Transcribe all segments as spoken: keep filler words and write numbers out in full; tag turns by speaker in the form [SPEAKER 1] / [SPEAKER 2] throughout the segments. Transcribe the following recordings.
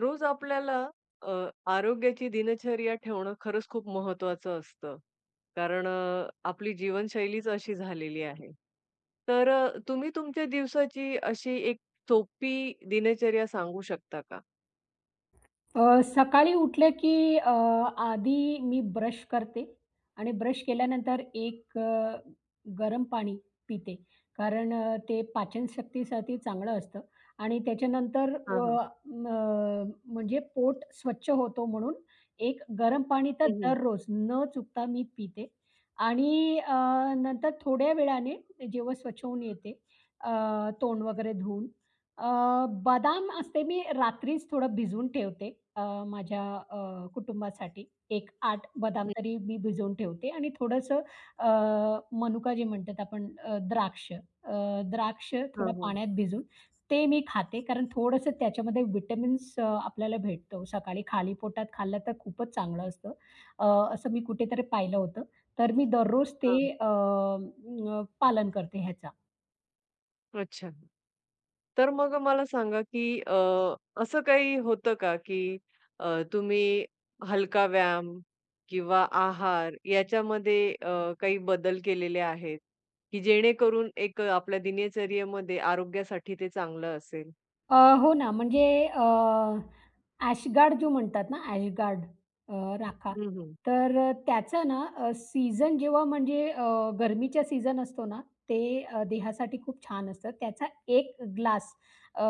[SPEAKER 1] रोज आपल्याला अ, आरोग्याची दिनचर्या ठेवणं खरंच खूप महत्वाचं असतं. कारण अ, आपली जीवनशैलीच अशी झालेली आहे. तर अ, तुम्ही तुमच्या दिवसाची अशी एक सोपी दिनचर्या सांगू शकता का?
[SPEAKER 2] अ, सकाळी उठलं की अ, आधी मी ब्रश करते आणि ब्रश केल्यानंतर एक अ, गरम पाणी पिते. कारण अ, ते पाचनशक्तीसाठी चांगलं असतं आणि त्याच्यानंतर
[SPEAKER 1] हां,
[SPEAKER 2] अ,
[SPEAKER 1] हां.
[SPEAKER 2] म, अ, म्हणजे पोट स्वच्छ होतो म्हणून एक गरम पाणी तर
[SPEAKER 1] हं, हं.
[SPEAKER 2] दररोज न चुकता मी पिते आणि अ, नंतर थोड्या वेळाने जेव्हा स्वच्छ होऊन येते, अ, तोंड वगैरे धुवून अ, बदाम असते मी रात्रीच थोडं भिजवून ठेवते अ, माझ्या अ, कुटुंबासाठी. एक ते आठ बदाम
[SPEAKER 1] हं.
[SPEAKER 2] तरी मी भिजवून ठेवते आणि थोडंसं अ, मनुका जे म्हणतात आपण अ, द्राक्ष अ, द्राक्ष
[SPEAKER 1] हां,
[SPEAKER 2] थोडं
[SPEAKER 1] हां.
[SPEAKER 2] पाण्यात भिजून ते मी खाते कारण थोडंसं त्याच्यामध्ये विटामिन्स अ, आपल्याला भेटतो. सकाळी खाली पोटात खाल्लं तर खूपच चांगलं असतं. अ, असं मी कुठेतरी पाहिलं होतं. तर मी दररोज ते
[SPEAKER 1] हां, हां.
[SPEAKER 2] अ, अ, पालन करते ह्याचा.
[SPEAKER 1] अच्छा. तर मग मला सांगा, की अ, असं काही होतं का, की अ, तुम्ही हलका व्यायाम किंवा आहार याच्यामध्ये अ, काही बदल केलेले आहेत, की जेणेकरून एक अ, आपल्या दिनचर्येमध्ये आरोग्यासाठी ते चांगलं असेल?
[SPEAKER 2] अ, हो ना, म्हणजे ॲशगार्ड जो म्हणतात ना, ॲशगार्ड, अ, राखा.
[SPEAKER 1] हं, हं.
[SPEAKER 2] तर अ, त्याचा ना अ, सीझन जेव्हा म्हणजे अ, गरमीच्या सीझन असतो ना, ते अ, देहासाठी खूप छान असतं. त्याचा एक ग्लास अ,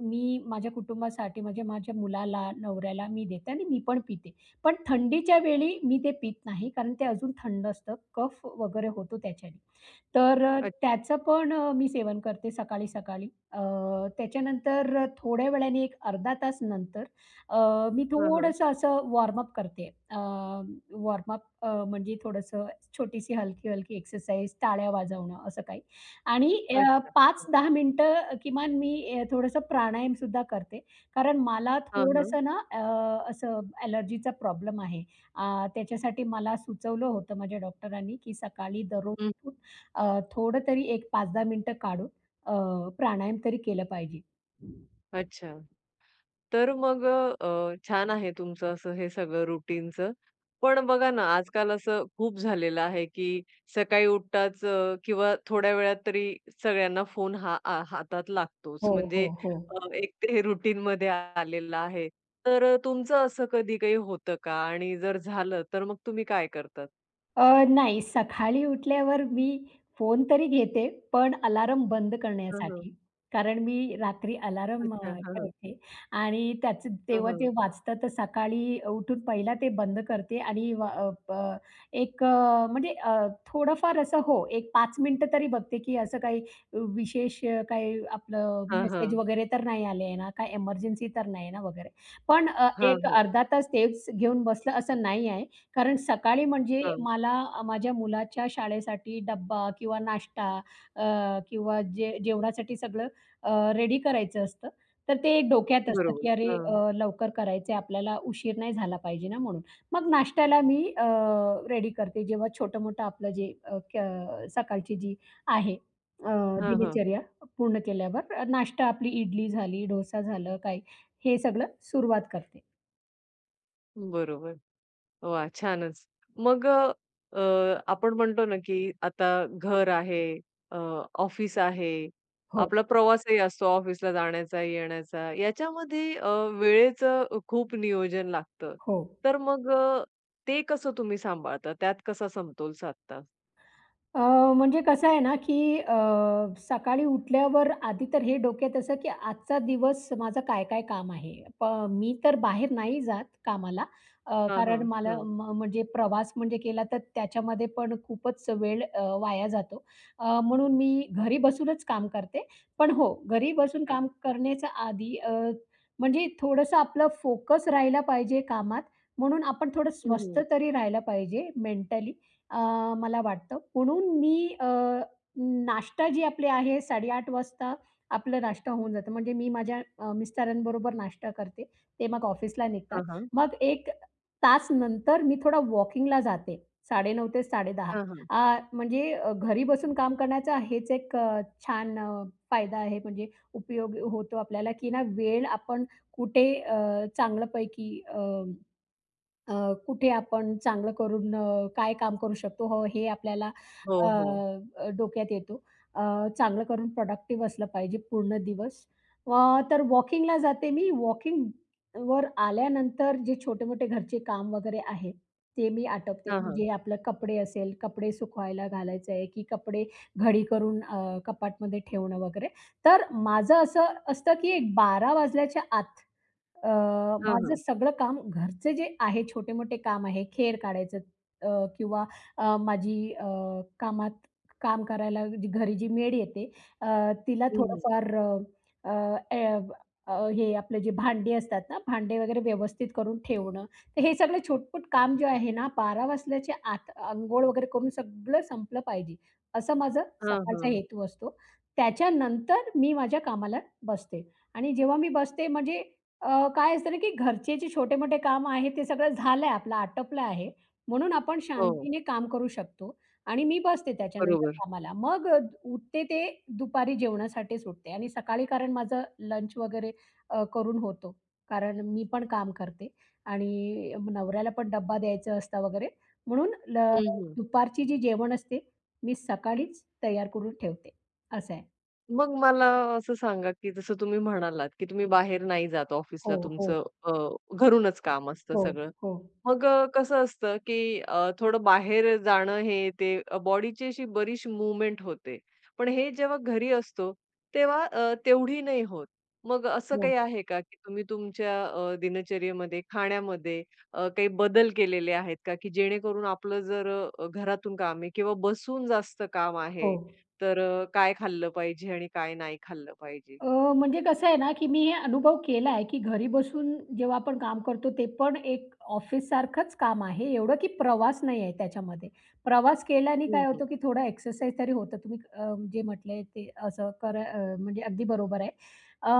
[SPEAKER 2] मी माझ्या कुटुंबासाठी म्हणजे माझ्या मुलाला, नवऱ्याला मी देते आणि मी पण पिते. पण थंडीच्या वेळी मी ते पीत नाही, कारण ते अजून थंड असतं. कफ वगैरे होतो त्याच्याने. तर अ,
[SPEAKER 1] अच्छा.
[SPEAKER 2] त्याचं पण अ, मी सेवन करते सकाळी-सकाळी. अ, त्याच्यानंतर अ, थोड्या वेळाने एक अर्धा तास नंतर अ, मी
[SPEAKER 1] हां, हां.
[SPEAKER 2] थोडंसं असं वॉर्मअप करते. अ, वॉर्मअप अ, म्हणजे थोडंसं छोटीशी हलकी-हलकी एक्सरसाइज, टाळ्या वाजवणं असं काही आणि अ,
[SPEAKER 1] अच्छा.
[SPEAKER 2] पाच ते दहा मिनिटं किमान मी अ, थोडंसं प्राणायामसुद्धा करते. कारण मला
[SPEAKER 1] हां, हां.
[SPEAKER 2] थोडंसं ना अ, असं ॲलर्जीचा प्रॉब्लेम आहे. अ, त्याच्यासाठी मला सुचवलं होतं माझ्या डॉक्टरांनी, की सकाळी दररोज
[SPEAKER 1] हं.
[SPEAKER 2] उठून अ, थोडं तरी एक पाच ते दहा मिनिटं काढून अ, प्राणायाम तरी केलं पाहिजे.
[SPEAKER 1] अच्छा. तर मग अ, छान आहे तुमचं असं हे सगळं रुटीनचं. पण बघा ना, आजकाल असं खूप झालेलं आहे, की सकाळी उठताच अ, किंवा थोड्या वेळात तरी सगळ्यांना फोन हा आ, हातात लागतोच.
[SPEAKER 2] हो, हो,
[SPEAKER 1] म्हणजे
[SPEAKER 2] हो.
[SPEAKER 1] अ, एक ते रुटीनमध्ये आलेलं आहे. तर अ, तुमचं असं कधी काही होतं का? आणि जर झालं, तर मग तुम्ही काय करतात?
[SPEAKER 2] अ, नाही, सकाळी उठल्यावर मी फोन तरी घेते, पण अलार्म बंद
[SPEAKER 1] हं, हं.
[SPEAKER 2] करण्यासाठी. कारण मी रात्री अलार्म
[SPEAKER 1] अच्छा.
[SPEAKER 2] अ,
[SPEAKER 1] हां, हां.
[SPEAKER 2] ठेवते आणि त्याचं
[SPEAKER 1] हां,
[SPEAKER 2] तेव्हा
[SPEAKER 1] हां.
[SPEAKER 2] ते वाजतं, तर सकाळी उठून पहिला ते बंद करते आणि व अ, ब एक अ, म्हणजे अ, थोडंफार असं हो, एक पाच मिनिटं तरी बघते, की असं काही विशेष अ, काही आपलं
[SPEAKER 1] हां,
[SPEAKER 2] मेसेज
[SPEAKER 1] हां.
[SPEAKER 2] वगैरे तर नाही आले आहे ना, काय एमर्जन्सी तर नाही ना वगैरे. पण अ,
[SPEAKER 1] हां,
[SPEAKER 2] एक
[SPEAKER 1] हां.
[SPEAKER 2] अर्धा तास तेच घेऊन बसलं असं नाही आहे. कारण सकाळी म्हणजे
[SPEAKER 1] हां.
[SPEAKER 2] मला अ, माझ्या मुलाच्या शाळेसाठी डब्बा किंवा नाश्ता अ, किंवा जे जेवणासाठी सगळं अ, रेडी करायचं असतं. तर ते एक डोक्यात असतं,
[SPEAKER 1] बरोबर.
[SPEAKER 2] की अरे
[SPEAKER 1] हां.
[SPEAKER 2] अ, लवकर करायचंय आपल्याला उशीर नाही झाला पाहिजे ना म्हणून. मग नाश्त्याला मी अ, रेडी करते जेव्हा छोटं-मोठं आपलं जे अ, क सकाळची जी आहे अ,
[SPEAKER 1] हां, हां.
[SPEAKER 2] दिनचर्या पूर्ण केल्यावर अ, नाश्ता आपली इडली झाली, डोसा झालं, काय हे सगळं सुरुवात करते.
[SPEAKER 1] बरोबर. वाह! छानच. मग अ, अ, आपण म्हणतो ना, की आता घर आहे, अ, ऑफिस आहे,
[SPEAKER 2] हो,
[SPEAKER 1] आपला प्रवासही असतो ऑफिसला जाण्याचा, येण्याचा. याच्यामध्ये अ, वेळेचं अ, खूप नियोजन लागतं.
[SPEAKER 2] हो.
[SPEAKER 1] तर मग अ, ते कसं तुम्ही सांभाळता? त्यात कसा समतोल साधता?
[SPEAKER 2] अ, म्हणजे कसं आहे ना, की अ, सकाळी उठल्यावर आधी तर हे डोक्यात असं, की आजचा दिवस माझं काय-काय काम आहे. प मी तर बाहेर नाही जात कामाला, अ,
[SPEAKER 1] हां, हां.
[SPEAKER 2] कारण मला
[SPEAKER 1] हां.
[SPEAKER 2] म म्हणजे प्रवास म्हणजे केला तर त्याच्यामध्ये पण खूपच वेळ अ, वाया जातो. अ, म्हणून मी घरी बसूनच काम करते. पण हो, घरी बसून
[SPEAKER 1] अच्छा.
[SPEAKER 2] काम करण्याच्या आधी, अ, म्हणजे थोडंसं आपलं फोकस राहिला पाहिजे कामात, म्हणून आपण थोडं
[SPEAKER 1] हं,
[SPEAKER 2] स्वस्त
[SPEAKER 1] हं.
[SPEAKER 2] तरी राहिलं पाहिजे मेंटली. अ, मला वाटतं. म्हणून मी अ, नाश्ता जी आपली आहे साडे आठ वाजता आपला नाश्ता होऊन जातो. म्हणजे मी माझ्या अ, मिस्टरांबरोबर नाश्ता करते. ते मग ऑफिसला निघतात.
[SPEAKER 1] हां, हां.
[SPEAKER 2] मग एक तास नंतर मी थोडा वॉकिंगला जाते. साडे नऊ ते साडे दहा.
[SPEAKER 1] हां,
[SPEAKER 2] अ, म्हणजे अ, घरी बसून काम करण्याचा हेच एक अ, छान अ, फायदा आहे. म्हणजे उपयोग होतो आपल्याला, की ना वेळ आपण कुठे अ, चांगल्यापैकी अ अ, कुठे आपण चांगलं करून अ, काय काम करू शकतो? हो, हे आपल्याला
[SPEAKER 1] हो,
[SPEAKER 2] अ,
[SPEAKER 1] हो.
[SPEAKER 2] अ, डोक्यात येतो. अ, चांगलं करून प्रॉडक्टिव्ह असलं पाहिजे पूर्ण दिवस. अ, तर वॉकिंगला जाते मी. वॉकिंग वर आल्यानंतर जे छोटे-मोठे घरचे काम वगैरे आहे, ते मी आटपते.
[SPEAKER 1] हां, हां.
[SPEAKER 2] म्हणजे आपलं कपडे असेल, कपडे सुकवायला घालायचं आहे, की कपडे घडी करून अ, कपाटमध्ये ठेवणं वगैरे. तर माझं असं असतं, की एक बारा वाजल्याच्या आत, अ,
[SPEAKER 1] हां,
[SPEAKER 2] माझं
[SPEAKER 1] हां.
[SPEAKER 2] सगळं काम घरचे जे आहे छोटे-मोठे काम आहे, खेर काढायचं, अ, किंवा अ, माझी अ, कामात काम करायला जी घरी जी मेड येते, अ, तिला
[SPEAKER 1] हं, हं.
[SPEAKER 2] थोडंफार अ, अ, ए- अ, हे आपले जे भांडी असतात ना, भांडे वगैरे व्यवस्थित करून ठेवणं. तर हे सगळं छोटपट काम जे आहे ना, बारा वाजल्याच्या आत अंघोळ वगैरे करून सगळं संपलं पाहिजे, असं माझं सकाळचा
[SPEAKER 1] हां,
[SPEAKER 2] हेतू असतो. त्याच्यानंतर मी माझ्या कामाला बसते आणि जेव्हा मी बसते म्हणजे, अ, काय असतं ना, की घरचे जे छोटे-मोठे काम आहेत, ते सगळं झालंय आपलं आटपलं आहे. म्हणून आपण
[SPEAKER 1] हो.
[SPEAKER 2] शांतीने काम करू शकतो आणि मी बसते त्याच्यानंतर
[SPEAKER 1] बरोबर.
[SPEAKER 2] कामाला. मग अ, उठते ते दुपारी जेवणासाठीच उठते आणि सकाळी कारण माझं लंच वगैरे अ, करून होतो. कारण मी पण काम करते आणि नवऱ्याला पण डब्बा द्यायचा असता वगैरे. म्हणून ल दुपारची जी जेवण असते, मी सकाळीच तयार करून ठेवते. असं आहे.
[SPEAKER 1] मग मला असं सांगा, की जसं तुम्ही म्हणालात, की तुम्ही बाहेर नाही जात
[SPEAKER 2] हो,
[SPEAKER 1] ऑफिसला
[SPEAKER 2] हो,
[SPEAKER 1] तुमचं अ, घरूनच काम असतं
[SPEAKER 2] हो,
[SPEAKER 1] सगळं.
[SPEAKER 2] हो,
[SPEAKER 1] मग अ, कसं असतं, की अ, थोडं बाहेर जाणं हे ते अ, बॉडीची अशी बरीच मूव्हमेंट होते. पण हे जेव्हा घरी असतो, तेव्हा अ, तेवढी नाही होत. मग असं
[SPEAKER 2] हो,
[SPEAKER 1] काही आहे का, की तुम्ही तुमच्या अ, दिनचर्येमध्ये, खाण्यामध्ये अ, काही बदल केलेले आहेत का, की जेणेकरून आपलं जर अ, घरातून काम आहे किंवा बसून जास्त काम
[SPEAKER 2] हो.
[SPEAKER 1] आहे, तर अ, काय खाल्लं पाहिजे आणि काय नाही खाल्लं पाहिजे?
[SPEAKER 2] अ, म्हणजे कसं आहे ना, की मी हे अनुभव केला आहे, की घरी बसून जेव्हा आपण काम करतो, ते पण एक ऑफिससारखंच काम आहे. एवढं की प्रवास नाही आहे त्याच्यामध्ये. प्रवास केल्याने काय
[SPEAKER 1] हं, हं.
[SPEAKER 2] होतं, की थोडा एक्सरसाइज तरी होतं. तुम्ही अ, जे म्हटले ते असं करा, अ, म्हणजे अगदी बरोबर आहे. अ,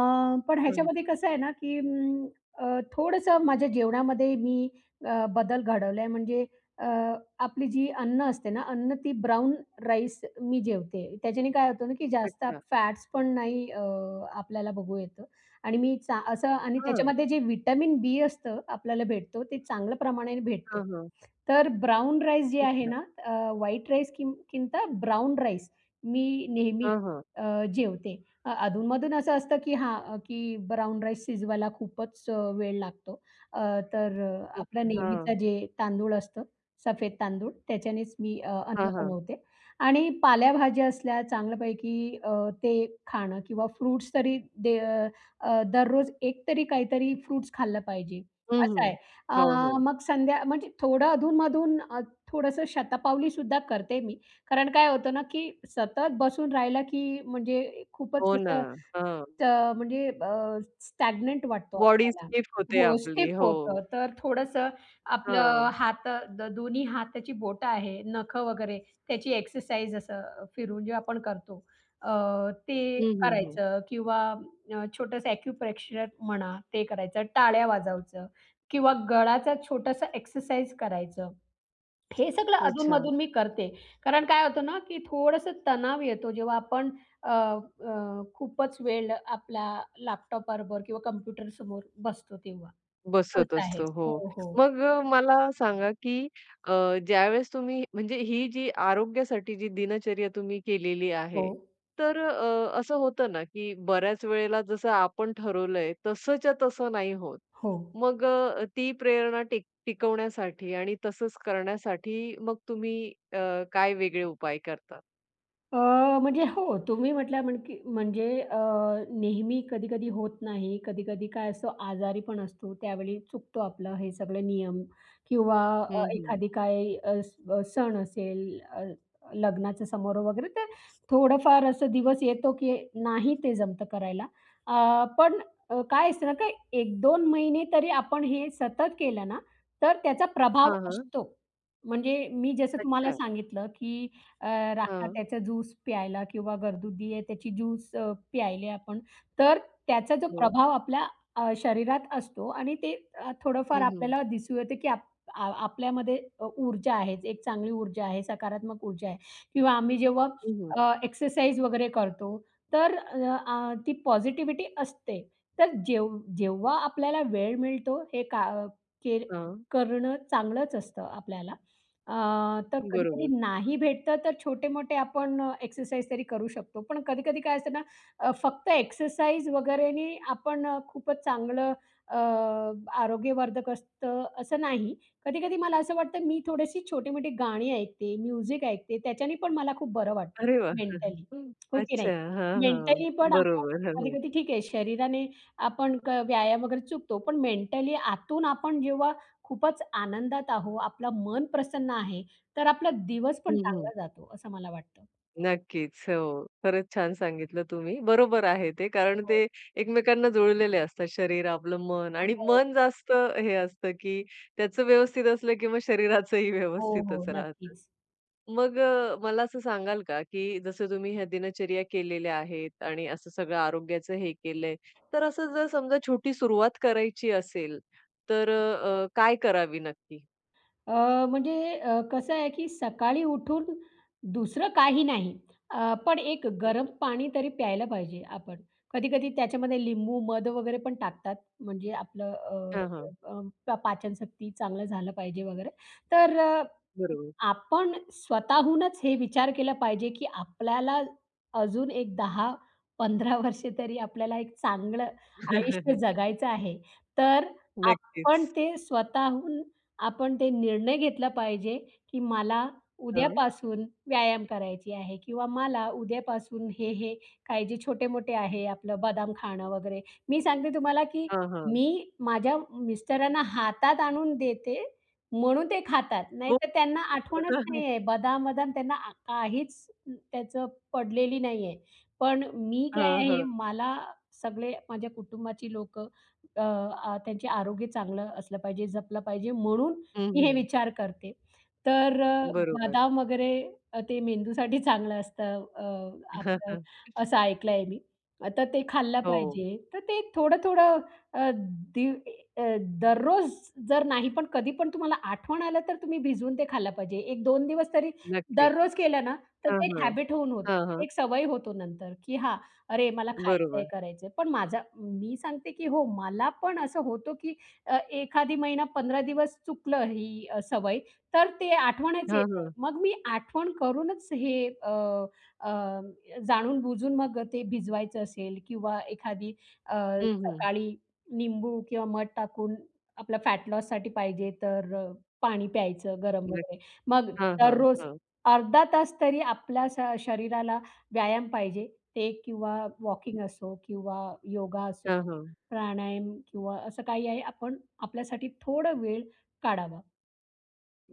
[SPEAKER 2] पण
[SPEAKER 1] हं, हं.
[SPEAKER 2] ह्याच्यामध्ये कसं आहे ना, की अं, अ, थोडंसं माझ्या जेवणामध्ये मी अ, बदल घडवला म्हणजे आपली जी अन्न असते ना, अन्न ती ब्राउन राईस मी जेवते. त्याच्याने काय होतं ना, की जास्त
[SPEAKER 1] अच्छा.
[SPEAKER 2] फॅट्स पण नाही, अ, आपल्याला बघू येतं आणि मी चा असं आणि
[SPEAKER 1] हां.
[SPEAKER 2] त्याच्यामध्ये जे व्हिटॅमिन बी असतं, आपल्याला भेटतो, ते चांगल्या प्रमाणाने भेटतो.
[SPEAKER 1] हां, हां.
[SPEAKER 2] तर ब्राउन राईस जे आहे
[SPEAKER 1] अच्छा.
[SPEAKER 2] ना, अ, व्हाईट राईस किं किंता ब्राउन राईस मी नेहमी
[SPEAKER 1] हां, हां.
[SPEAKER 2] अ, जेवते. अ, अधूनमधून असं असतं, की हां, अ, की ब्राउन राईस शिजवायला खूपच अ, वेळ लागतो. अ, तर अ, आपला
[SPEAKER 1] ओके. हां.
[SPEAKER 2] नेहमीचा जे तांदूळ असतो, सफेद तांदूळ, त्याच्यानेच मी अ, अन्न
[SPEAKER 1] हां, हां.
[SPEAKER 2] बनवते आणि पालेभाज्या असल्या चांगल्यापैकी अ, ते खाणं किंवा फ्रुट्स तरी दे अ, दररोज एक तरी काहीतरी फ्रुट्स खाल्लं पाहिजे,
[SPEAKER 1] हं,
[SPEAKER 2] असं
[SPEAKER 1] हं.
[SPEAKER 2] आहे. अ,
[SPEAKER 1] हो, हो.
[SPEAKER 2] मग संध्या म्हणजे थोडं अधूनमधून अ, थोडंसं शतपावली सुद्धा करते मी. कारण काय होतं ना, की सतत बसून राहिलं, की म्हणजे खूपच
[SPEAKER 1] हो ना.
[SPEAKER 2] असं
[SPEAKER 1] हां.
[SPEAKER 2] अ, म्हणजे स्टॅग्नंट वाटतो
[SPEAKER 1] बॉडी
[SPEAKER 2] आपल्याला.
[SPEAKER 1] स्टिफ होते
[SPEAKER 2] हो,
[SPEAKER 1] आपली.
[SPEAKER 2] स्टिफ
[SPEAKER 1] हो.
[SPEAKER 2] होतं. तर थोडंसं
[SPEAKER 1] हां.
[SPEAKER 2] आपलं हात द दोन्ही हाताची बोटं आहे, नखं वगैरे त्याची एक्सरसाइज असं फिरून जे आपण करतो, अ, ते
[SPEAKER 1] हं, हं, हं.
[SPEAKER 2] करायचं किंवा अ, छोटंसं एक्युप्रेशर म्हणा, ते करायचं. टाळ्या वाजवायचं. किंवा गळाचा छोटासा एक्सरसाइज करायचं. हे सगळं
[SPEAKER 1] अच्छा.
[SPEAKER 2] अधून-मधून मी करते. कारण काय होतं ना, की थोडंसं तणाव येतो जेव्हा आपण अ, अ, खूपच वेळ आपला लॅपटॉपबरोबर किंवा कॉम्प्युटरसमोर बसतो तेव्हा.
[SPEAKER 1] बसत
[SPEAKER 2] तसं आहे.
[SPEAKER 1] असतो. हो.
[SPEAKER 2] हो, हो.
[SPEAKER 1] मग अ, मला सांगा, की अ, ज्यावेळेस तुम्ही म्हणजे ही जी आरोग्यासाठी जी दिनचर्या तुम्ही केलेली
[SPEAKER 2] हो,
[SPEAKER 1] आहे, तर अ, असं होतं ना, की बऱ्याच वेळेला जसं आपण ठरवलंय तसंच्या तसं नाही होत.
[SPEAKER 2] हो.
[SPEAKER 1] मग अ, ती प्रेरणा टिक टिकवण्यासाठी आणि तसंच करण्यासाठी मग तुम्ही अ, काय वेगळे उपाय करता?
[SPEAKER 2] अ, म्हणजे हो, तुम्ही म्हटल्या म्हण की म्हणजे अ, नेहमी कधी-कधी होत नाही. कधी-कधी काय असतो आजारी पण असतो. त्यावेळी चुकतो आपलं हे सगळे नियम किंवा अ,
[SPEAKER 1] हं, हं.
[SPEAKER 2] एखादी काही अ, स अ, सण असेल, अ, लग्नाच्या समारोह वगैरे ते थोडंफार असं दिवस येतो की नाही ते जमतं करायला. अ, पण अ, काय असतं ना काय एक ते दोन महिने तरी आपण हे सतत केलं ना, तर त्याचा प्रभाव
[SPEAKER 1] हां, हां.
[SPEAKER 2] असतो. म्हणजे मी जसं तुम्हाला
[SPEAKER 1] अच्छा.
[SPEAKER 2] सांगितलं की अ, राखा
[SPEAKER 1] हां.
[SPEAKER 2] त्याचा ज्यूस प्यायला किंवा गर्दुदी आहे त्याची ज्यूस अ, प्यायले आपण, तर त्याचा जो
[SPEAKER 1] हो.
[SPEAKER 2] प्रभाव आपल्या अ, शरीरात असतो आणि ते अ, थोडंफार
[SPEAKER 1] हं, हं.
[SPEAKER 2] आपल्याला दिसू येतं की आप आ आपल्यामध्ये अ, ऊर्जा आहे, एक चांगली ऊर्जा आहे, सकारात्मक ऊर्जा आहे किंवा आम्ही जेव्हा
[SPEAKER 1] हं, हं.
[SPEAKER 2] अ, एक्सरसाइज वगैरे करतो, तर अ, आ, ती पॉझिटिव्हिटी असते. तर जेव जेव्हा आपल्याला वेळ मिळतो हे का के
[SPEAKER 1] हां.
[SPEAKER 2] करणं चांगलंच असतं आपल्याला. अ, तर कधी-कधी
[SPEAKER 1] बरोबर.
[SPEAKER 2] नाही भेटतं, तर छोटे-मोठे आपण एक्सरसाइज तरी करू शकतो. पण कधी-कधी काय असतं ना, अ, फक्त एक्सरसाइज वगैरेने आपण अ, खूपच चांगलं अ, आरोग्यवर्धक असतं असं नाही. कधी-कधी मला असं वाटतं मी थोडीशी छोटी-मोठी गाणी ऐकते, म्युझिक ऐकते, त्याच्याने पण मला खूप बरं वाटतं
[SPEAKER 1] अरे वाह!
[SPEAKER 2] मेंटली. हो की
[SPEAKER 1] अच्छा.
[SPEAKER 2] नाही?
[SPEAKER 1] हां, हां.
[SPEAKER 2] मेंटली पण आपण
[SPEAKER 1] बरोबर. हो. हो.
[SPEAKER 2] कधी-कधी ठीक आहे, शरीराने आपण क व्यायाम वगैरे चुकतो, पण मेंटली आतून आपण जेव्हा खूपच आनंदात आहो, आपलं मन प्रसन्न आहे, तर आपला दिवस पण
[SPEAKER 1] हं, हं.
[SPEAKER 2] चांगला जातो, असं मला वाटतं.
[SPEAKER 1] नक्कीच. हो. खरंच छान सांगितलं तुम्ही. बरोबर आहे ते, कारण ते
[SPEAKER 2] हो,
[SPEAKER 1] एकमेकांना जुळलेले असतात शरीर, आपलं मन आणि
[SPEAKER 2] हो,
[SPEAKER 1] मन जास्त हे असतं, की त्याचं व्यवस्थित असलं, की मग शरीराचंही
[SPEAKER 2] हो, हो,
[SPEAKER 1] व्यवस्थितच राहतं.
[SPEAKER 2] नक्कीच.
[SPEAKER 1] मग अ, मला असं सांगाल का, की जसं तुम्ही ह्या दिनचर्या केलेल्या आहेत आणि असं सगळं आरोग्याचं हे केलंय, तर असं जर समजा छोटी सुरुवात करायची असेल, तर अ, काय करावी नक्की?
[SPEAKER 2] अ, म्हणजे अ, कसं आहे, की सकाळी उठून दुसरं काही नाही, अ, पण एक गरम पाणी तरी प्यायला पाहिजे आपण. कधी-कधी त्याच्यामध्ये लिंबू, मध वगैरे पण टाकतात, म्हणजे आपलं अ,
[SPEAKER 1] हां, हां.
[SPEAKER 2] अ, अ, पाचनशक्ती चांगलं झालं पाहिजे वगैरे. तर
[SPEAKER 1] बरोबर.
[SPEAKER 2] आपण स्वतःहूनच हे विचार केला पाहिजे, की आपल्याला अजून एक दहा, पंधरा वर्षे तरी आपल्याला एक चांगलं आयुष्य जगायचं आहे. तर आपण
[SPEAKER 1] नक्कीच.
[SPEAKER 2] ते स्वतःहून आपण ते निर्णय घेतला पाहिजे, की मला
[SPEAKER 1] हां.
[SPEAKER 2] उद्यापासून व्यायाम करायची आहे किंवा मला उद्यापासून हे-हे काही जे छोटे-मोठे आहे आपलं बदाम खाणं वगैरे. मी सांगते तुम्हाला, की
[SPEAKER 1] हां, हां.
[SPEAKER 2] मी माझ्या मिस्टरांना हातात आणून देते म्हणून ते खातात.
[SPEAKER 1] हो.
[SPEAKER 2] नाहीतर त्यांना आठवणच नाहीये. बदाम-बदाम त्यांना आ काहीच त्याचं पडलेली नाहीये. पण मी
[SPEAKER 1] हां,
[SPEAKER 2] काय आहे,
[SPEAKER 1] हां.
[SPEAKER 2] मला सगळे माझ्या कुटुंबाची लोकं, अ, आ, त्यांचे आरोग्य चांगलं असलं पाहिजे, जपलं पाहिजे म्हणून मी हे
[SPEAKER 1] हं,
[SPEAKER 2] विचार करते. तर अ,
[SPEAKER 1] बरोबर.
[SPEAKER 2] बदाम वगैरे अ, ते मेंदूसाठी चांगलं असतं, अ, आपलं असं ऐकलंय मी. अ, तर ते खाल्लं
[SPEAKER 1] हो,
[SPEAKER 2] पाहिजे. तर ते थोडं-थोडं अ, दि अ, दररोज जर नाही, पण कधी पण तुम्हाला आठवण आलं, तर तुम्ही भिजवून ते खाल्लं पाहिजे. एक ते दोन दिवस तरी
[SPEAKER 1] नक्कीच.
[SPEAKER 2] दररोज केलं ना, तर
[SPEAKER 1] हां,
[SPEAKER 2] ते एक
[SPEAKER 1] हां.
[SPEAKER 2] हॅबिट होऊन होतं.
[SPEAKER 1] हां, हां.
[SPEAKER 2] एक सवय होतो नंतर, की हां, अरे मला खायचंय,
[SPEAKER 1] बरोबर.
[SPEAKER 2] करायचंय. पण माझा मी सांगते, की हो, मला पण असं होतं, की अ, एखादी महिना पंधरा दिवस चुकलं ही अ, सवय, तर ते आठवणच
[SPEAKER 1] हां,
[SPEAKER 2] येत नाही.
[SPEAKER 1] हां.
[SPEAKER 2] मग मी आठवण करूनच हे अ, अ, जाणून-बुजून मग ते भिजवायचं असेल किंवा एखादी अ,
[SPEAKER 1] हं, हं.
[SPEAKER 2] सकाळी निंबू किंवा मध टाकून आपला फॅट लॉससाठी पाहिजे तर अ, पाणी प्यायचं गरम
[SPEAKER 1] नक्की.
[SPEAKER 2] वगैरे. मग
[SPEAKER 1] हां, हां.
[SPEAKER 2] दररोज
[SPEAKER 1] हां.
[SPEAKER 2] अर्धा तास तरी आपल्या स शरीराला व्यायाम पाहिजे. ते किंवा वॉकिंग असो किंवा योगा असो,
[SPEAKER 1] हां, हां.
[SPEAKER 2] प्राणायाम किंवा असं काही आहे आपण आपल्यासाठी थोडा वेळ काढावा.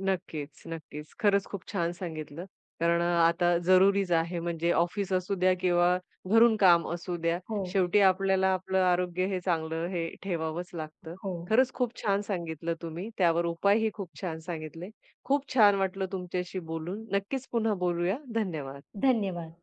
[SPEAKER 1] नक्कीच, नक्कीच. खरंच खूप छान सांगितलं. कारण अ, आता जरुरीच आहे म्हणजे ऑफिस असू द्या किंवा घरून काम असू द्या,
[SPEAKER 2] हो,
[SPEAKER 1] शेवटी आपल्याला आपलं आरोग्य हे चांगलं हे ठेवावंच लागतं.
[SPEAKER 2] हो.
[SPEAKER 1] खरंच खूप छान सांगितलं तुम्ही. त्यावर उपायही खूप छान सांगितले. खूप छान वाटलं तुमच्याशी बोलून. नक्कीच पुन्हा बोलूया. धन्यवाद.
[SPEAKER 2] धन्यवाद.